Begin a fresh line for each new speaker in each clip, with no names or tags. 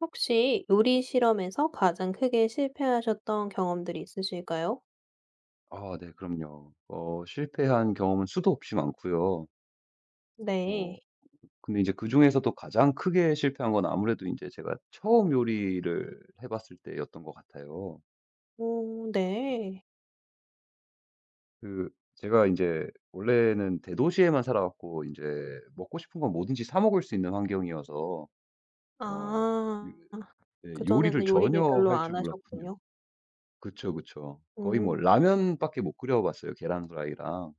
혹시 요리 실험에서 가장 크게 실패하셨던 경험들이 있으실까요?
아 네 그럼요. 실패한 경험은 수도 없이 많고요. 어
네.
근데 이제 그중에서도 가장 크게 실패한 건 아무래도 이제 제가 처음 요리를 해 봤을 때였던 것 같아요.
오 네.
그 제가 이제 원래는 대도시에만 살아 왔고 이제 먹고 싶은 건 뭐든지 사 먹을 수 있는 환경이어서 어 요
아.
예 요리를
그전에는 요리를
전혀
별로
할 줄
안
몰랐군요.
하셨군요.
그쵸, 그쵸. 거의 뭐
음.
라면밖에 못 끓여 봤어요 계란 후라이랑.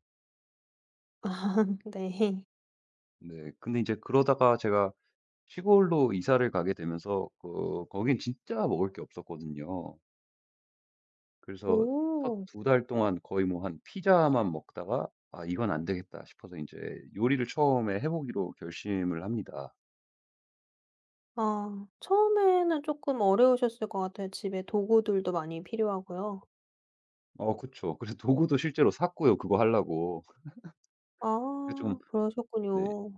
아 네.
네. 근데 이제 그러다가 제가 시골로 이사를 가게 되면서 거긴 진짜 먹을 게 없었거든요. 그래서 첫
오.
2달 동안 거의 뭐 한 피자만 먹다가 '아 이건 안 되겠다.' 싶어서 인제 요리를 처음에 해 보기로 결심을 합니다.
아 처음에는 조금 어려우셨을 것 같아요. 집에 도구들도 많이 필요하고요.
그쵸. 그래서 도구도 실제로 샀고요, 그거 하려고. 그 좀
아
네.
그러셨군요.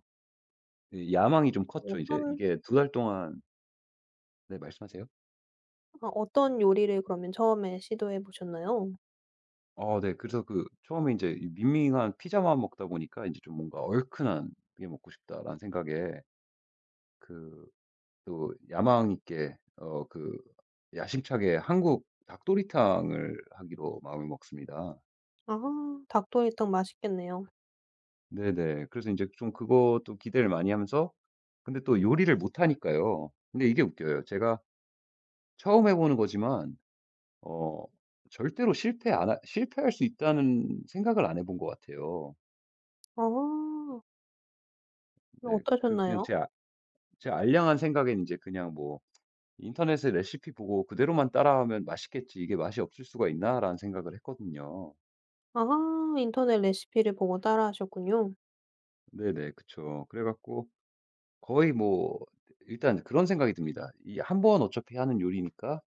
예 야망이 좀 컸죠. 이제
어떤
이게 2달 동안 네 말씀하세요.
아 어떤 요리를 그러면 처음에 시도해 보셨나요?
아 네. 그래서 처음에 인제 이밍한 피자만 먹다 보니까 인제 좀 뭔가 '얼큰한 게 먹고 싶다.'라는 생각에 그 또 야망 있게 야심차게 한국 닭도리탕을 하기로 마음을 먹습니다.
아 닭도리탕 맛있겠네요.
네네. 그래서 인제 좀 그것도 기대를 많이 하면서 근데 또 요리를 못하니까요. 근데 이게 웃겨요. 제가 처음 해 보는 거지만 어 절대로 실패할 수 있다는 생각을 안 해본 것 같아요.
아. 어,
네. 그냥
어떠셨나요?
제 알량한 생각엔 인제 그냥 뭐 '인터넷에 레시피 보고 그대로만 따라하면 맛있겠지. 이게 맛이 없을 수가 있나?'라는 생각을 했거든요.
아하 인터넷 레시피를 보고 따라하셨군요.
네네. 그쵸. 그래 갖고 거의 뭐 일단 그런 생각이 듭니다. 이 한 번 어차피 하는 요리니까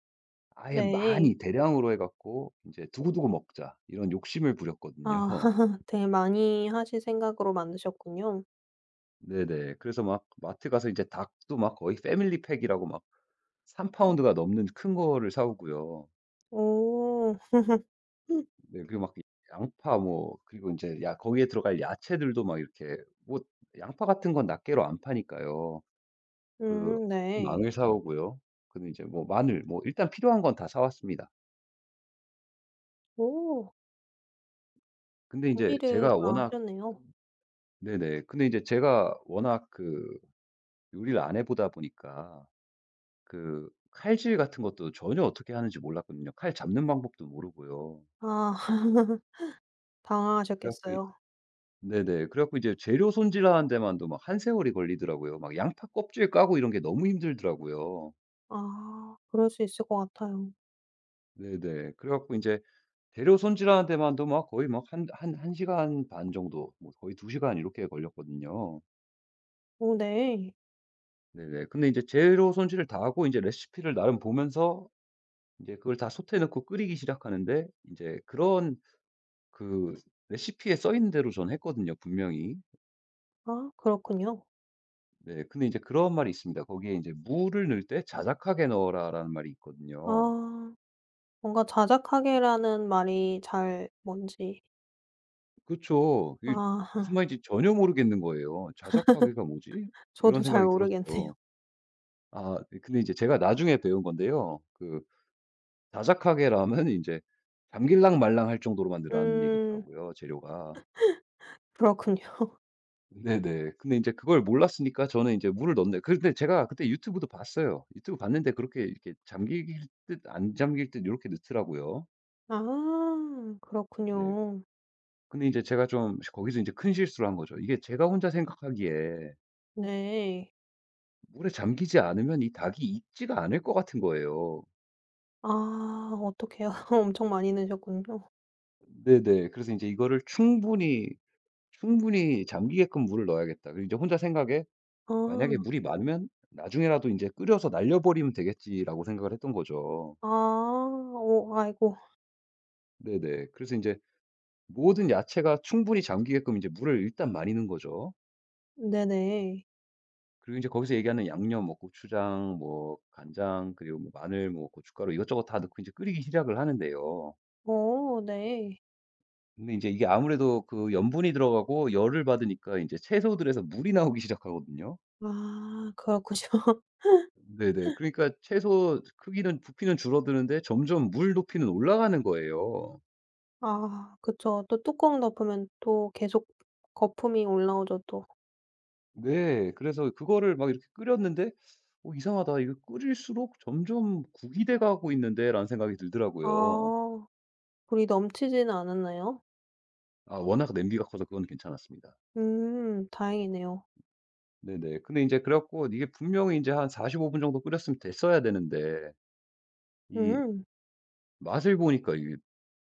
아예
네.
많이 대량으로 해 갖고 이제 두고두고 먹자 이런 욕심을
아
부렸거든요.
되게 많이 하실 생각으로 만드셨군요.
네네. 그래서 막 마트 가서 이제 닭도 막 거의 패밀리 팩이라고 막 3파운드 파운드가 넘는 큰 거를 사 오고요.
오.
네 그리고 막 양파 뭐 그리고 이제 야 거기에 들어갈 야채들도 막 이렇게 뭐 양파 같은 건 낱개로 안 파니까요. 그
네.
망을 사 오고요. 근데 이제 뭐 마늘 뭐 일단 필요한 건 다 사 왔습니다.
오
근데 이제
준비를
제가 네.
다
워낙
하셨네요.
네네. 근데 이제 제가 워낙 요리를 안 해 보다 보니까 칼질 같은 것도 전혀 어떻게 하는지 몰랐거든요. 칼 잡는 방법도 모르고요.
아
그래 갖고 이
당황하셨겠어요.
네네. 그래 갖고 이제 재료 손질하는 데만도 막 한세월이 걸리더라고요. 막 양파 껍질 까고 이런 게 너무 힘들더라고요.
아 그럴 수 있을 것 같아요.
네네. 그래 갖고 이제 재료 손질하는 데만도 막 거의 막 한 한 시간 반 정도 뭐 거의 2시간 시간 이렇게 걸렸거든요.
오 네.
네네. 근데 이제 재료 손질을 다 하고 이제 레시피를 나름 보면서 이제 그걸 다 솥에 넣고 끓이기 시작하는데 이제 그런 그 레시피에 써 있는 대로 전 했거든요, 분명히.
아 그렇군요.
네. 근데 이제 그런 말이 있습니다. 거기에 이제 "무를 넣을 때 자작하게 넣어라."라는 말이 있거든요.
아 뭔가 자작하게라는 말이 잘 뭔지
그쵸. 이
아
무슨 말인지 전혀 모르겠는 거예요. '자작하게가 뭐지?' 이런
저도 잘
생각이
모르겠네요.
들었죠. 아 예 근데 이제 제가 나중에 배운 건데요. 자작하게 라면 이제 잠길랑 말랑 할 정도로만 넣라는
음
얘기더라고요, 재료가.
그렇군요.
네네. 근데 이제 그걸 몰랐으니까 저는 이제 물을 넣는데 근데 제가 그때 유튜브도 봤어요. 유튜브 봤는데 그렇게 이렇게 잠길 듯 안 잠길 듯 요렇게 넣더라고요.
아
네.
그렇군요.
근데 이제 제가 좀 거기서 이제 큰 실수를 한 거죠. 이게 제가 혼자 생각하기에
네.
물에 잠기지 않으면 이 닭이 익지가 않을 것 같은 거예요.
아 어떡해요. 엄청 많이 넣으셨군요.
네네. 그래서 이제 이거를 충분히 잠기게끔 물을 넣어야겠다. 그리고 이제 혼자 생각에 '만약에
아.
물이 많으면 나중에라도 이제 끓여서 날려버리면 되겠지.'라고 생각을 했던 거죠.
아. 오, 아이고.
네네. 그래서 이제 모든 야채가 충분히 잠기게끔 이제 물을 일단 많이 넣은 거죠.
네네.
그리고 이제 거기서 얘기하는 양념 뭐 고추장 뭐 간장 그리고 뭐 마늘 뭐 고춧가루 이것저것 다 넣고 이제 끓이기 시작을 하는데요.
오 네.
근데 이제 이게 아무래도 염분이 들어가고 열을 받으니까 이제 채소들에서 물이 나오기 시작하거든요.
아 그렇군요.
네네. 그러니까 채소 크기는 부피는 줄어드는데 점점 물 높이는 올라가는 거예요.
아 그쵸. 또 뚜껑 덮으면 또 계속 거품이 올라오죠 또.
네. 그래서 그거를 막 이렇게 끓였는데 '어 이상하다. 이거 끓일수록 점점 국이 돼 가고 있는데.'라는 생각이 들더라고요.
아 물이 넘치지는 않았나요?
아 워낙 냄비가 커서 그건 괜찮았습니다.
다행이네요.
네네. 근데 이제 그래 갖고 이게 분명히 이제한 45 분 정도 끓였으면 됐어야 되는데 이
음.
맛을 보니까 이게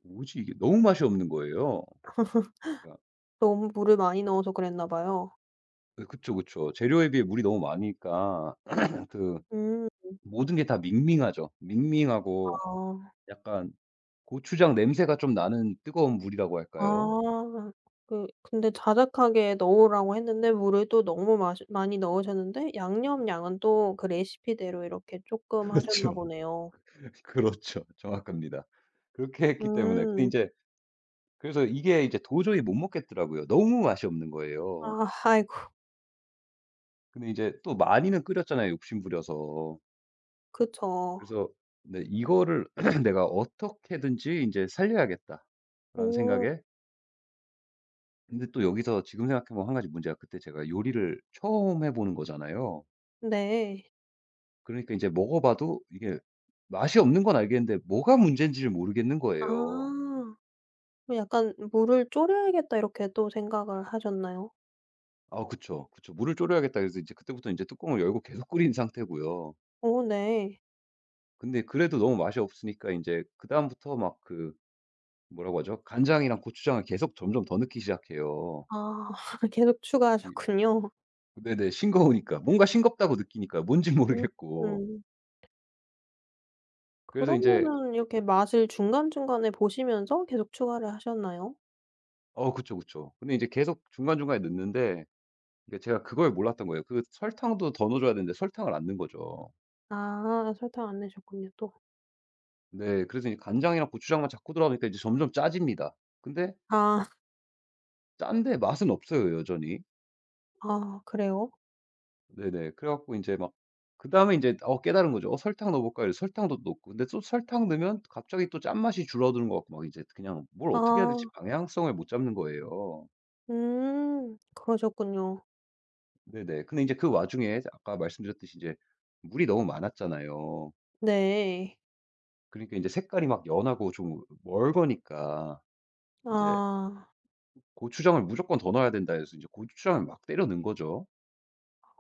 뭐지 이게 너무 맛이 없는 거예요. 그러니까
너무 물을 많이 넣어서 그랬나 봐요.
예 그쵸, 그쵸. 재료에 비해 물이 너무 많으니까 그
음.
모든 게 다 밍밍하죠. 밍밍하고
아.
약간 고추장 냄새가 좀 나는 뜨거운 물이라고 할까요?
아. 그 근데 자작하게 넣으라고 했는데 물을 또 너무 마시 많이 넣으셨는데 양념 양은 또 그 레시피대로 이렇게 쪼끔 하셨나
그렇죠.
보네요.
그렇죠. 정확합니다. 그렇게 했기 때문에 근데 이
음.
제 그래서 이게 이제 도저히 못 먹겠더라고요. 너무 맛이 없는 거예요.
아 아이고
근데 이제 또 많이는 끓였잖아요, 욕심 부려서.
그쵸.
그래서 네 이거를 '내가 어떻게든지 이제 살려야겠다.'라는
오
생각에 근데 또 여기서 지금 생각해 보면 한 가지 문제가 그때 제가 요리를 처음 해 보는 거잖아요.
네.
그러니까 이제 먹어 봐도 이게 맛이 없는 건 알겠는데 뭐가 문제인지를 모르겠는 거예요.
아. 그 약간 '물을 졸여야겠다.' 이렇게 또 생각을 하셨나요?
아 그쵸. 그쵸. '물을 졸여야겠다.' 그래서 이제 그때부터 이제 뚜껑을 열고 계속 끓인 상태고요.
어 네.
근데 그래도 너무 맛이 없으니까 이제 그다음부터 막 뭐라고 하죠? 간장이랑 고추장을 계속 점점 더 넣기 시작해요.
아 계속
이게
추가하셨군요.
네네. 싱거우니까. 뭔가 싱겁다고 느끼니까 뭔지 모르겠고.
음.
그래서 이제
그러면은 이렇게 맛을 중간중간에 보시면서 계속 추가를 하셨나요?
그쵸, 그쵸. 근데 이제 계속 중간중간에 넣는데 이게 제가 그걸 몰랐던 거예요. 설탕도 더 넣어 줘야 되는데 설탕을 안 넣은 거죠.
아 설탕 안 넣으셨군요 또.
네. 그래서 이제 간장이랑 고추장만 자꾸 들어가니까 이제 점점 짜집니다. 근데
아.
짠데 맛은 없어요 여전히.
아 그래요?
네네. 그래 갖고 인제 막 그다음에 인제 깨달은 거죠. '어 설탕 넣어 볼까?' 이래서 설탕도 넣고 근데 또 설탕 넣으면 갑자기 또 짠맛이 줄어드는 것 같고 막 이제 그냥 뭘 어떻게 해야 될지
아.
방향성을 못 잡는 거예요.
음. 그러셨군요.
네네. 근데 인제 그 와중에 아까 말씀드렸듯이 인제 물이 너무 많았잖아요.
네.
그러니까 인제 색깔이 막 연하고 좀 멀거니까 인제
아
'고추장을 무조건 더 넣어야 된다.' 해서 인제 고추장을 막 때려 넣은 거죠.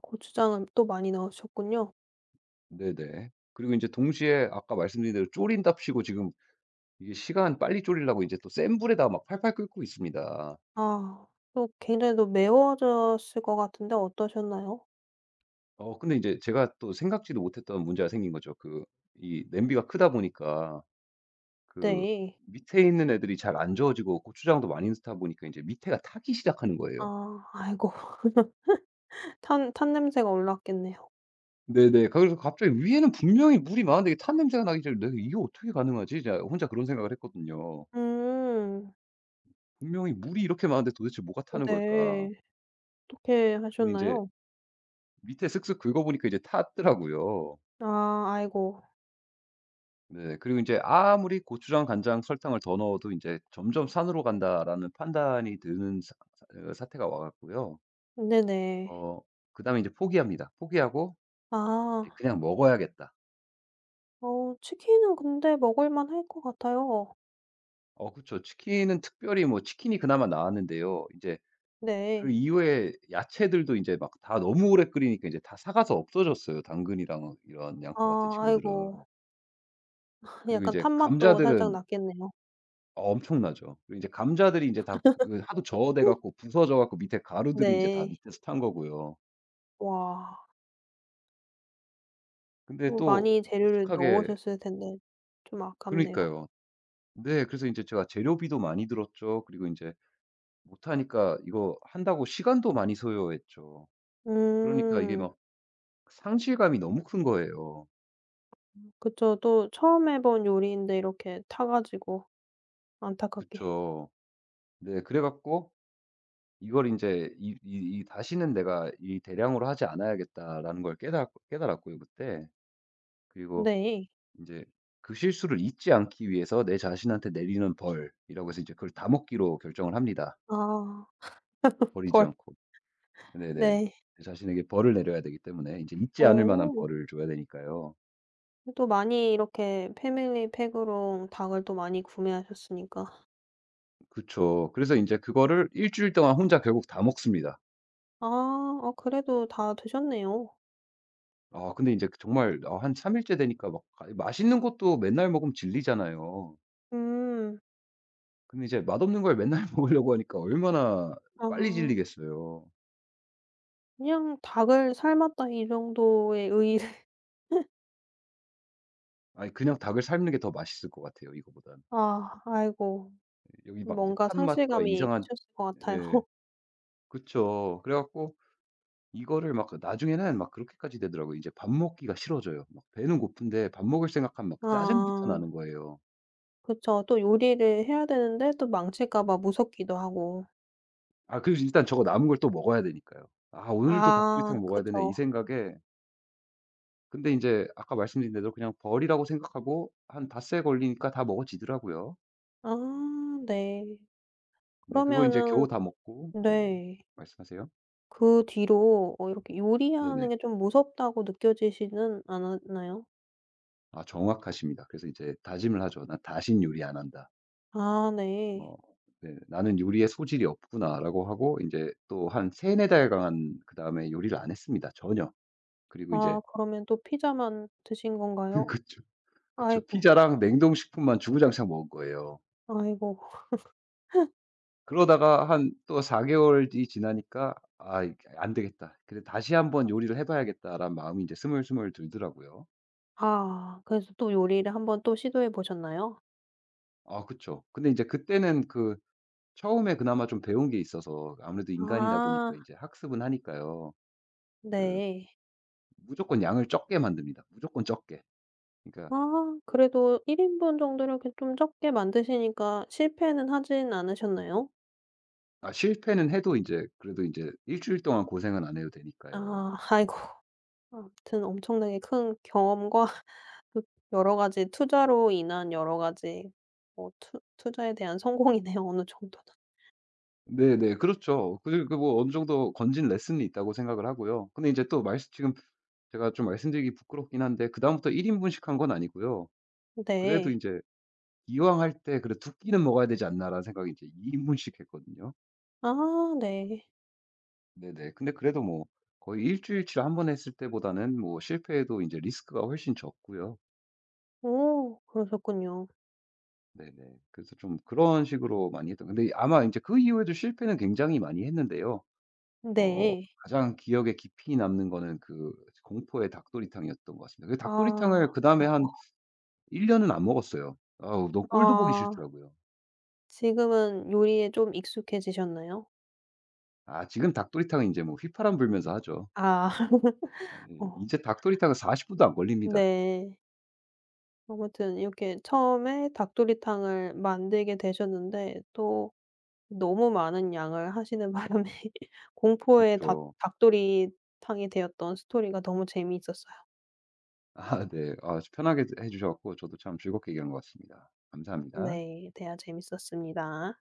고추장을 또 많이 넣으셨군요.
네네. 그리고 이제 동시에 아까 말씀드린 대로 졸인답시고 지금 이게 시간 빨리 졸이려고 이제 또 센 불에다가 막 팔팔 끓고 있습니다.
아 또 굉장히 또 매워졌을 것 같은데 어떠셨나요?
근데 이제 제가 또 생각지도 못했던 문제가 생긴 거죠. 이 냄비가 크다 보니까 그
네.
밑에 있는 애들이 잘 안 저어지고 고추장도 많이 넣다 보니까 이제 밑에가 타기 시작하는 거예요.
아 아이고 탄 냄새가 올라왔겠네요.
네네. 그래서 갑자기 위에는 분명히 물이 많은데 이게 탄 냄새가 나기 전에 '내가 이게 어떻게 가능하지?' 제가 혼자 그런 생각을 했거든요.
음.
'분명히 물이 이렇게 많은데 도대체 뭐가 타는 걸까?'
네. 어떻게
근데 이제
하셨나요?
밑에 슥슥 긁어보니까 이제 탔더라고요.
아 아이고.
네. 그리고 인제 아무리 고추장, 간장, 설탕을 더 넣어도 인제 '점점 산으로 간다.'라는 판단이 드는 사 사 어 사태가 와 갖고요.
네네.
어 그다음에 이제 포기합니다. 포기하고 이제
아.
'그냥 먹어야겠다.'
어 치킨은 근데 먹을 만할 것 같아요.
그쵸. 치킨은 특별히 뭐 치킨이 그나마 나았는데요. 인제 그
네.
이후에 야채들도 인제 막 다 너무 오래 끓이니까 이제 다 사가서 없어졌어요, 당근이랑 이런
아
양파 같은 친구들은.
아이고
그리고 이
약간
제
탄맛도 살짝
감자들은
났겠네요.
엄청나죠. 그리고 이제 감자들이 이제 다 하도 저어돼 갖고 부서져 갖고 밑에 가루들이 이제 다
네.
밑에서 탄 거고요.
와.
근데
또
또
많이 재료를
무식하게
넣으셨을 텐데 좀 아깝네요.
그러니까요. 네. 그래서 인제 제가 재료비도 많이 들었죠. 그리고 인제 못하니까 이거 한다고 시간도 많이 소요했죠. 그러니까 이게
음.
막 상실감이 너무 큰 거예요.
그쵸. 또 처음 해본 요리인데 이렇게 타 가지고 안타깝게.
그쵸. 네. 그래 갖고 이걸 인제 이 '다시는 내가 이 대량으로 하지 않아야겠다.'라는 걸 깨달았고요 그때. 그리고
네.
이제 그 실수를 잊지 않기 위해서 내 자신한테 내리는 벌이라고 해서 이제 그걸 다목기로 결정을 합니다,
아
버리지
벌.
않고. 네네.
네.
내 자신에게 벌을 내려야 되기 때문에 이제 잊지 않을 만한
어.
벌을 줘야 되니까요.
또 많이 이렇게 패밀리 팩으로 닭을 또 많이 구매하셨으니까.
그쵸. 그래서 이제 그거를 1주일 동안 혼자 결국 다 먹습니다.
아. 아 그래도 다 드셨네요.
아 근데 이제 정말 아 한 3일째 일째 되니까 막 아 맛있는 것도 맨날 먹으면 질리잖아요.
음.
근데 이제 맛없는 걸 맨날 먹으려고 하니까 얼마나
아.
빨리 질리겠어요.
그냥 닭을 삶았다 이 정도의 의의를
아 그냥 닭을 삶는 게 더 맛있을 것 같아요, 이거보단.
아 아이고
여기 막 이제
뭔가
탄 맛과
상실감이
이상한
크셨을 것 같아요.
예. 그쵸. 그래 갖고 이거를 막 나중에는 막 그렇게까지 되더라고요. 이제 밥 먹기가 싫어져요. 막 배는 고픈데 밥 먹을 생각하면 막 짜증부터
아
나는 거예요.
그쵸. 또 요리를 해야 되는데 또 망칠까 봐 무섭기도 하고.
아 그리고 일단 저거 남은 걸 또 먹어야 되니까요. '아 오늘 또
아
닭도리탕 먹어야 되네.' 이
그죠.
생각에 근데 인제 아까 말씀드린 대로 그냥 버리라고 생각하고 한 닷새 걸리니까 다 먹어지더라고요.
아 네.
네 그걸 인제 겨우
그러면은
다 먹고 네네.
네.
말씀하세요?
그 뒤로 어 이렇게 요리하는
네네.
게 좀 무섭다고 느껴지지는 않았나요?
아 정확하십니다. 그래서 이제 다짐을 하죠. '난 다신 요리 안 한다.'
아 네.
어 네 '나는 요리에 소질이 없구나.'라고 하고 이제 또 한 3~4 달간 그다음에 요리를 안 했습니다 전혀. 그리고 이제
아 그러면 또 피자만 드신 건가요?
그쵸. 그쵸.
아이고,
피자랑 냉동식품만 주구장창 먹은 거예요.
아이고.
그러다가 한 또 4개월 개월이 지나니까 '아 이게 안 되겠다. 그래 다시 한번 요리를 해 봐야겠다.'라는 마음이 이제 스물스물 들더라고요.
아 그래서 또 요리를 한번 또 시도해 보셨나요?
아 그쵸. 근데 이제 그때는 처음에 그나마 좀 배운 게 있어서 아무래도 인간이다
아
보니까 이제 학습은 하니까요. 그
네.
무조건 양을 적게 만듭니다. 무조건 적게. 그러니까
아 그래도 1 인분 정도 이렇게 좀 적게 만드시니까 실패는 하진 않으셨나요?
아 실패는 해도 이제 그래도 이제 1주일 동안 고생은 안 해도 되니까요.
아 아이고. 아무튼 엄청나게 큰 경험과 또 여러 가지 투자로 인한 여러 가지 뭐 투 투자에 대한 성공이네요 어느 정도는.
네네. 그렇죠. 뭐 어느 정도 건진 레슨이 있다고 생각을 하고요. 근데 이제 또 말씀 지금 제가 좀 말씀드리기 부끄럽긴 한데 그다음부터 1인분 인분씩 한 건 아니고요. 그래도
네.
이제 '이왕 할 때 그래 두 끼는 먹어야 되지 않나.'라는 생각이 이제2인분 인분씩 했거든요.
아 네.
네네. 근데 그래도 뭐 거의 일 주일치를 한 번 했을 때보다는 뭐 실패해도 이제 리스크가 훨씬 적고요.
오 그러셨군요.
네네. 그래서 좀 그런 식으로 많이 했던 근데 아마 이제 그 이후에도 실패는 굉장히 많이 했는데요. 어
네.
가장 기억에 깊이 남는 거는 그 공포의 닭도리탕이었던 것 같습니다. 그
아
닭도리탕을 그다음에
아이고.
한 1년 년은 안 먹었어요. 아우 너무 꼴도 보기
아.
싫더라고요.
지금은 요리에 좀 익숙해지셨나요?
아 지금 닭도리탕은 이제 뭐 휘파람 불면서 하죠.
아. 어
이제 닭도리탕은 40분 분도 안 걸립니다.
네. 아무튼 이렇게 처음에 닭도리탕을 만들게 되셨는데 또 너무 많은 양을 하시는 바람에 공포의 닭
그쵸.
닭도리탕이 되었던 스토리가 너무 재미있었어요.
아 네. 아 편하게 해 주셔 갖고 저도 참 즐겁게 얘기한 것 같습니다. 감사합니다.
네. 대화 재밌었습니다.